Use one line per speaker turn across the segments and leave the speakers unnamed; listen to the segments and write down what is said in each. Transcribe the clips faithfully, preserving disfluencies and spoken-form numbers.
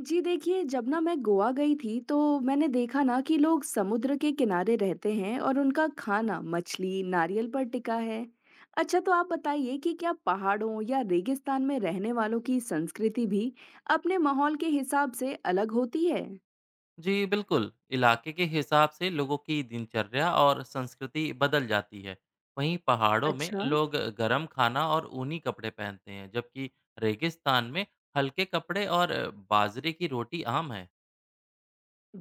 जी देखिए, जब ना मैं गोवा गई थी तो मैंने देखा ना कि लोग समुद्र के किनारे रहते हैं और उनका खाना मछली, नारियल पर टिका है। अच्छा तो आप बताइए कि क्या पहाड़ों या रेगिस्तान में रहने वालों की संस्कृति भी अपने माहौल के हिसाब से अलग होती है?
जी बिल्कुल, इलाके के हिसाब से लोगों की दिनचर्या और संस्कृति बदल जाती है। वहीं पहाड़ों अच्छा में
अच्छा।
लोग गर्म खाना और ऊनी कपड़े पहनते हैं, जबकि रेगिस्तान में हल्के कपड़े और बाजरे की रोटी आम है।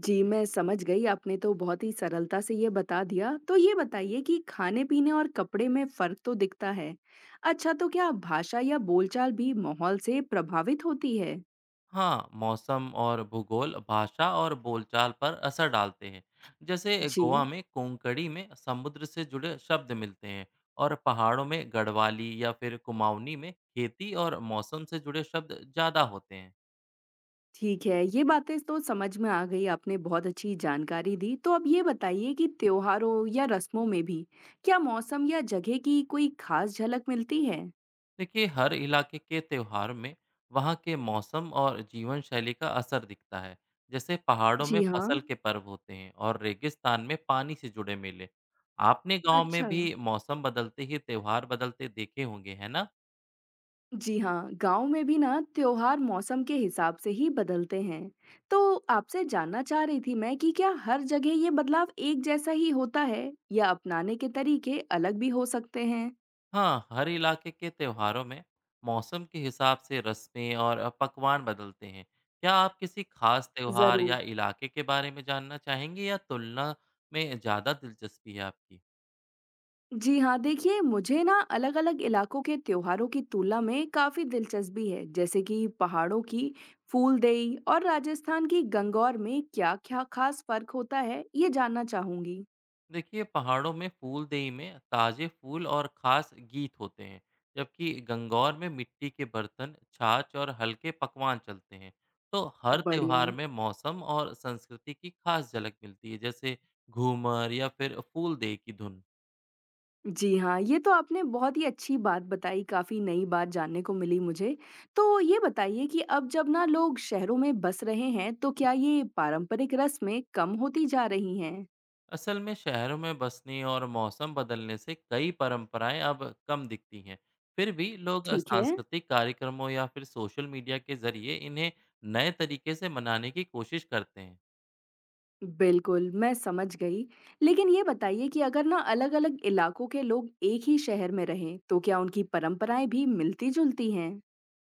जी मैं समझ गई। आपने तो बहुत ही सरलता से ये बता दिया। तो ये बताइए कि खाने-पीने और कपड़े में फर्क तो दिखता है। अच्छा तो क्या भाषा या बोलचाल भी माहौल से प्रभावित होती है?
हाँ, मौसम और भूगोल भाषा और बोलचाल पर असर डालते हैं। जैसे गोवा
जी।
में कोंकणी में समुद्र से जुड़े शब्द मिलते हैं, और पहाड़ों में गढ़वाली या फिर कुमाऊनी में खेती और मौसम से जुड़े शब्द ज़्यादा होते हैं।
ठीक है, ये बातें तो समझ में आ गई, आपने बहुत अच्छी जानकारी दी। तो अब ये बताइए कि त्योहारों या रस्मों में भी क्या मौसम या जगह की कोई खास झलक मिलती है?
देखिए, हर इलाके के त्यौहार में वहाँ के मौसम और जीवन शैली का असर दिखता है। जैसे पहाड़ों में
जी हाँ।
फसल के पर्व होते हैं और रेगिस्तान में पानी से जुड़े मेले। आपने गांव में
अच्छा।
भी मौसम बदलते ही त्यौहार बदलते देखे होंगे, है ना।
जी हाँ, गाँव में भी ना त्योहार मौसम के हिसाब से ही बदलते हैं। तो आपसे जानना चाह रही थी मैं कि क्या हर जगह ये बदलाव एक जैसा ही होता है या अपनाने के तरीके अलग भी हो सकते हैं?
हाँ, हर इलाके के त्योहारों में मौसम के हिसाब से रस्में और पकवान बदलते हैं। क्या आप किसी खास त्योहार
ज़रूर।
या इलाके के बारे में जानना चाहेंगे, या तुलना में ज़्यादा दिलचस्पी है आपकी।
जी हाँ देखिए मुझे ना अलग अलग इलाकों के त्योहारों की तुलना में काफी दिलचस्पी है, जैसे कि पहाड़ों की फूलदेई और राजस्थान की गंगौर में क्या क्या खास फर्क होता है ये जानना चाहूंगी।
देखिए, पहाड़ों में फूलदेई में ताजे फूल और खास गीत होते हैं, जबकि गंगौर में मिट्टी के बर्तन, छाछ और हल्के पकवान चलते हैं। तो हर
बढ़िया।
त्योहार में मौसम और संस्कृति की खास झलक मिलती है, जैसे घूमर या फिर फूलदेई की धुन।
जी हाँ, ये तो आपने बहुत ही अच्छी बात बताई, काफी नई बात जानने को मिली मुझे। तो ये बताइए कि अब जब ना लोग शहरों में बस रहे हैं तो क्या ये पारंपरिक रस्में कम होती जा रही हैं?
असल में शहरों में बसने और मौसम बदलने से कई परंपराएं अब कम दिखती हैं। फिर भी लोग
ठीक है।
सांस्कृतिक कार्यक्रमों या फिर सोशल मीडिया के जरिए इन्हें नए तरीके से मनाने की कोशिश करते हैं।
बिल्कुल, मैं समझ गई। लेकिन ये बताइए कि अगर ना अलग-अलग इलाकों के लोग एक ही शहर में रहें, तो क्या उनकी परंपराएँ भी मिलती-जुलती हैं?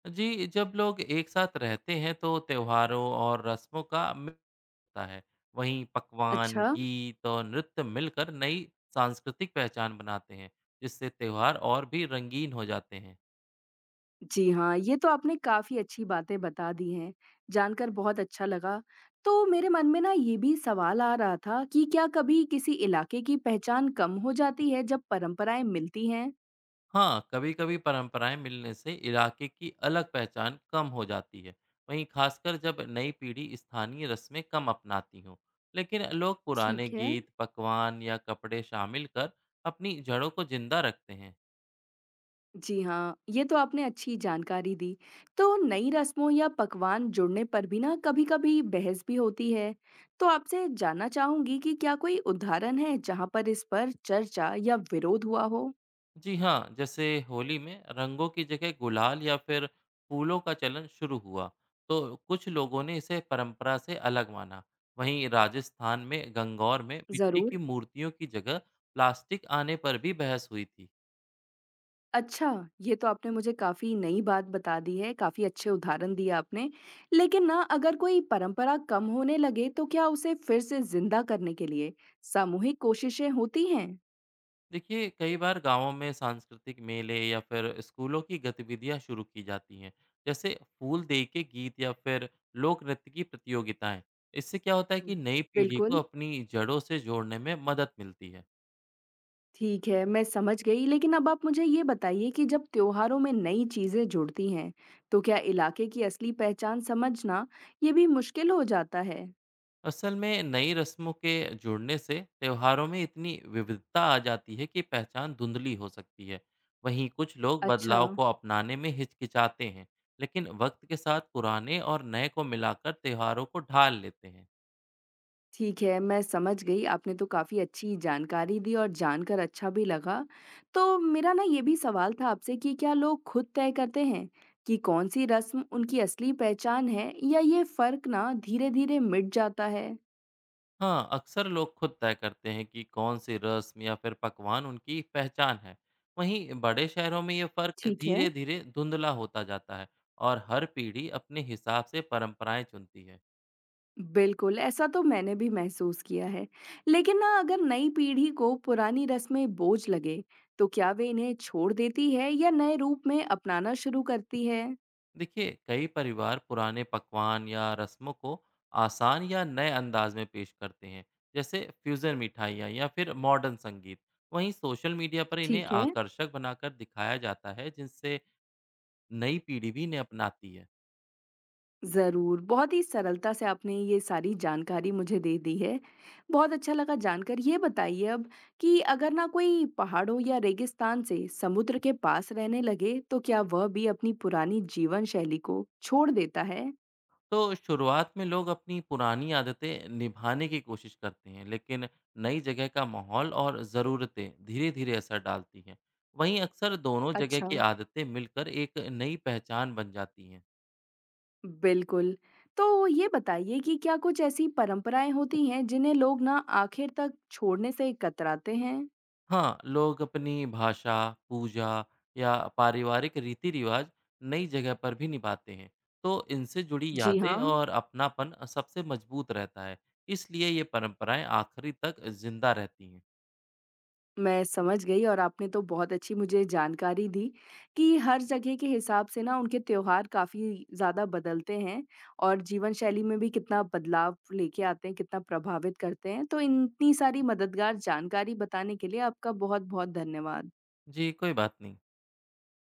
जी, जब लोग एक साथ रहते हैं तो त्योहारों और रस्मों का मिल होता है। वहीं पकवान,
अच्छा।
गीत और नृत्य मिलकर नई सांस्कृतिक पहचान बनाते हैं, जिससे त्योहार और भी रंगीन हो जाते हैं।
जी हाँ, ये तो आपने काफ़ी अच्छी बातें बता दी हैं, जानकर बहुत अच्छा लगा। तो मेरे मन में ना ये भी सवाल आ रहा था कि क्या कभी किसी इलाके की पहचान कम हो जाती है जब परंपराएँ मिलती हैं?
हाँ, कभी-कभी परंपराएं मिलने से इलाके की अलग पहचान कम हो जाती है। वहीं खासकर जब नई पीढ़ी स्थानीय रस्में कम अपनाती हो। लेकिन लोग पुराने
ठीक है।
गीत, पकवान या कपड़े शामिल कर अपनी जड़ों को जिंदा रखते हैं।
जी हाँ, ये तो आपने अच्छी जानकारी दी। तो नई रस्मों या पकवान जुड़ने पर भी ना कभी-कभी बहस भी होती है। तो आपसे जानना चाहूँगी कि क्या कोई उदाहरण है जहाँ पर इस पर चर्चा या विरोध हुआ हो?
जी हाँ, जैसे होली में रंगों की जगह गुलाल या फिर फूलों का चलन शुरू हुआ, तो कुछ लोगों ने इसे परंपरा से अलग माना। वहीं राजस्थान में गंगौर में मिट्टी की
ज़रूर।
मूर्तियों की जगह प्लास्टिक आने पर भी बहस हुई थी।
अच्छा, ये तो आपने मुझे काफ़ी नई बात बता दी है, काफ़ी अच्छे उदाहरण दिए आपने। लेकिन ना अगर कोई परंपरा कम होने लगे तो क्या उसे फिर से जिंदा करने के लिए सामूहिक कोशिशें होती हैं?
देखिए, कई बार गांवों में सांस्कृतिक मेले या फिर स्कूलों की गतिविधियां शुरू की जाती हैं। जैसे फूल दे के गीत या फिर लोक नृत्य की प्रतियोगिताएं। इससे क्या होता है कि नई पीढ़ी को
बिल्कुल।
अपनी जड़ों से जोड़ने में मदद मिलती है।
ठीक है, मैं समझ गई, लेकिन अब आप मुझे ये बताइए कि जब त्योहारों में नई चीज़ें जुड़ती हैं, तो क्या इलाके की असली पहचान समझना ये भी मुश्किल हो जाता है?
असल में नई रस्मों के जुड़ने से त्योहारों में इतनी विविधता आ जाती है कि पहचान धुंधली हो सकती है। वहीं कुछ लोग
अच्छा।
बदलाव को अपनाने में हिचकिचाते हैं, लेकिन वक्त के साथ पुराने और नए को मिलाकर त्योहारों को ढाल लेते हैं।
ठीक है, मैं समझ गई। आपने तो काफ़ी अच्छी जानकारी दी और जानकर अच्छा भी लगा। तो मेरा ना ये भी सवाल था आपसे कि क्या लोग खुद तय करते हैं कि कौन-सी रस्म उनकी असली पहचान है या ये फ़र्क ना धीरे-धीरे मिट जाता है?
हाँ, अक्सर लोग खुद तय करते हैं कि कौन सी रस्म या फिर पकवान उनकी पहचान है। वहीं बड़े शहरों में ये फर्क
ठीक है।
धीरे धीरे धुंधला होता जाता है, और हर पीढ़ी अपने हिसाब से परंपराएं चुनती है।
बिल्कुल, ऐसा तो मैंने भी महसूस किया है। लेकिन ना अगर नई पीढ़ी को पुरानी रस्में बोझ लगे, तो क्या वे इन्हें छोड़ देती है या नए रूप में अपनाना शुरू करती है?
देखिए, कई परिवार पुराने पकवान या रस्मों को आसान या नए अंदाज में पेश करते हैं, जैसे फ्यूजन मिठाइयाँ या फिर मॉडर्न संगीत। वहीं सोशल मीडिया पर इन्हें
ठीक है।
आकर्षक बनाकर दिखाया जाता है, जिनसे नई पीढ़ी भी इन्हें अपनाती है।
ज़रूर, बहुत ही सरलता से आपने ये सारी जानकारी मुझे दे दी है। बहुत अच्छा लगा जानकर। ये बताइए अब कि अगर ना कोई पहाड़ों या रेगिस्तान से समुद्र के पास रहने लगे, तो क्या वह भी अपनी पुरानी जीवन शैली को छोड़ देता है?
तो शुरुआत में लोग अपनी पुरानी आदतें निभाने की कोशिश करते हैं, लेकिन नई जगह का माहौल और ज़रूरतें धीरे धीरे असर डालती हैं। वहीं अक्सर दोनों जगह
अच्छा।
की आदतें मिलकर एक नई पहचान बन जाती हैं।
बिल्कुल। तो ये बताइए कि क्या कुछ ऐसी परंपराएँ होती हैं जिन्हें लोग ना आखिर तक छोड़ने से कतराते हैं?
हाँ, लोग अपनी भाषा, पूजा या पारिवारिक रीति-रिवाज नई जगह पर भी निभाते हैं। तो इनसे जुड़ी
जी
यादें
हाँ,
और अपनापन अ, सबसे मजबूत रहता है। इसलिए ये परंपराएं आखिरी तक जिंदा रहती हैं।
मैं समझ गई, और आपने तो बहुत अच्छी मुझे जानकारी दी कि हर जगह के हिसाब से ना उनके त्योहार काफ़ी ज़्यादा बदलते हैं और जीवन शैली में भी कितना बदलाव लेके आते हैं, कितना प्रभावित करते हैं। तो इतनी सारी मददगार जानकारी बताने के लिए आपका बहुत-बहुत धन्यवाद।
जी, कोई बात नहीं।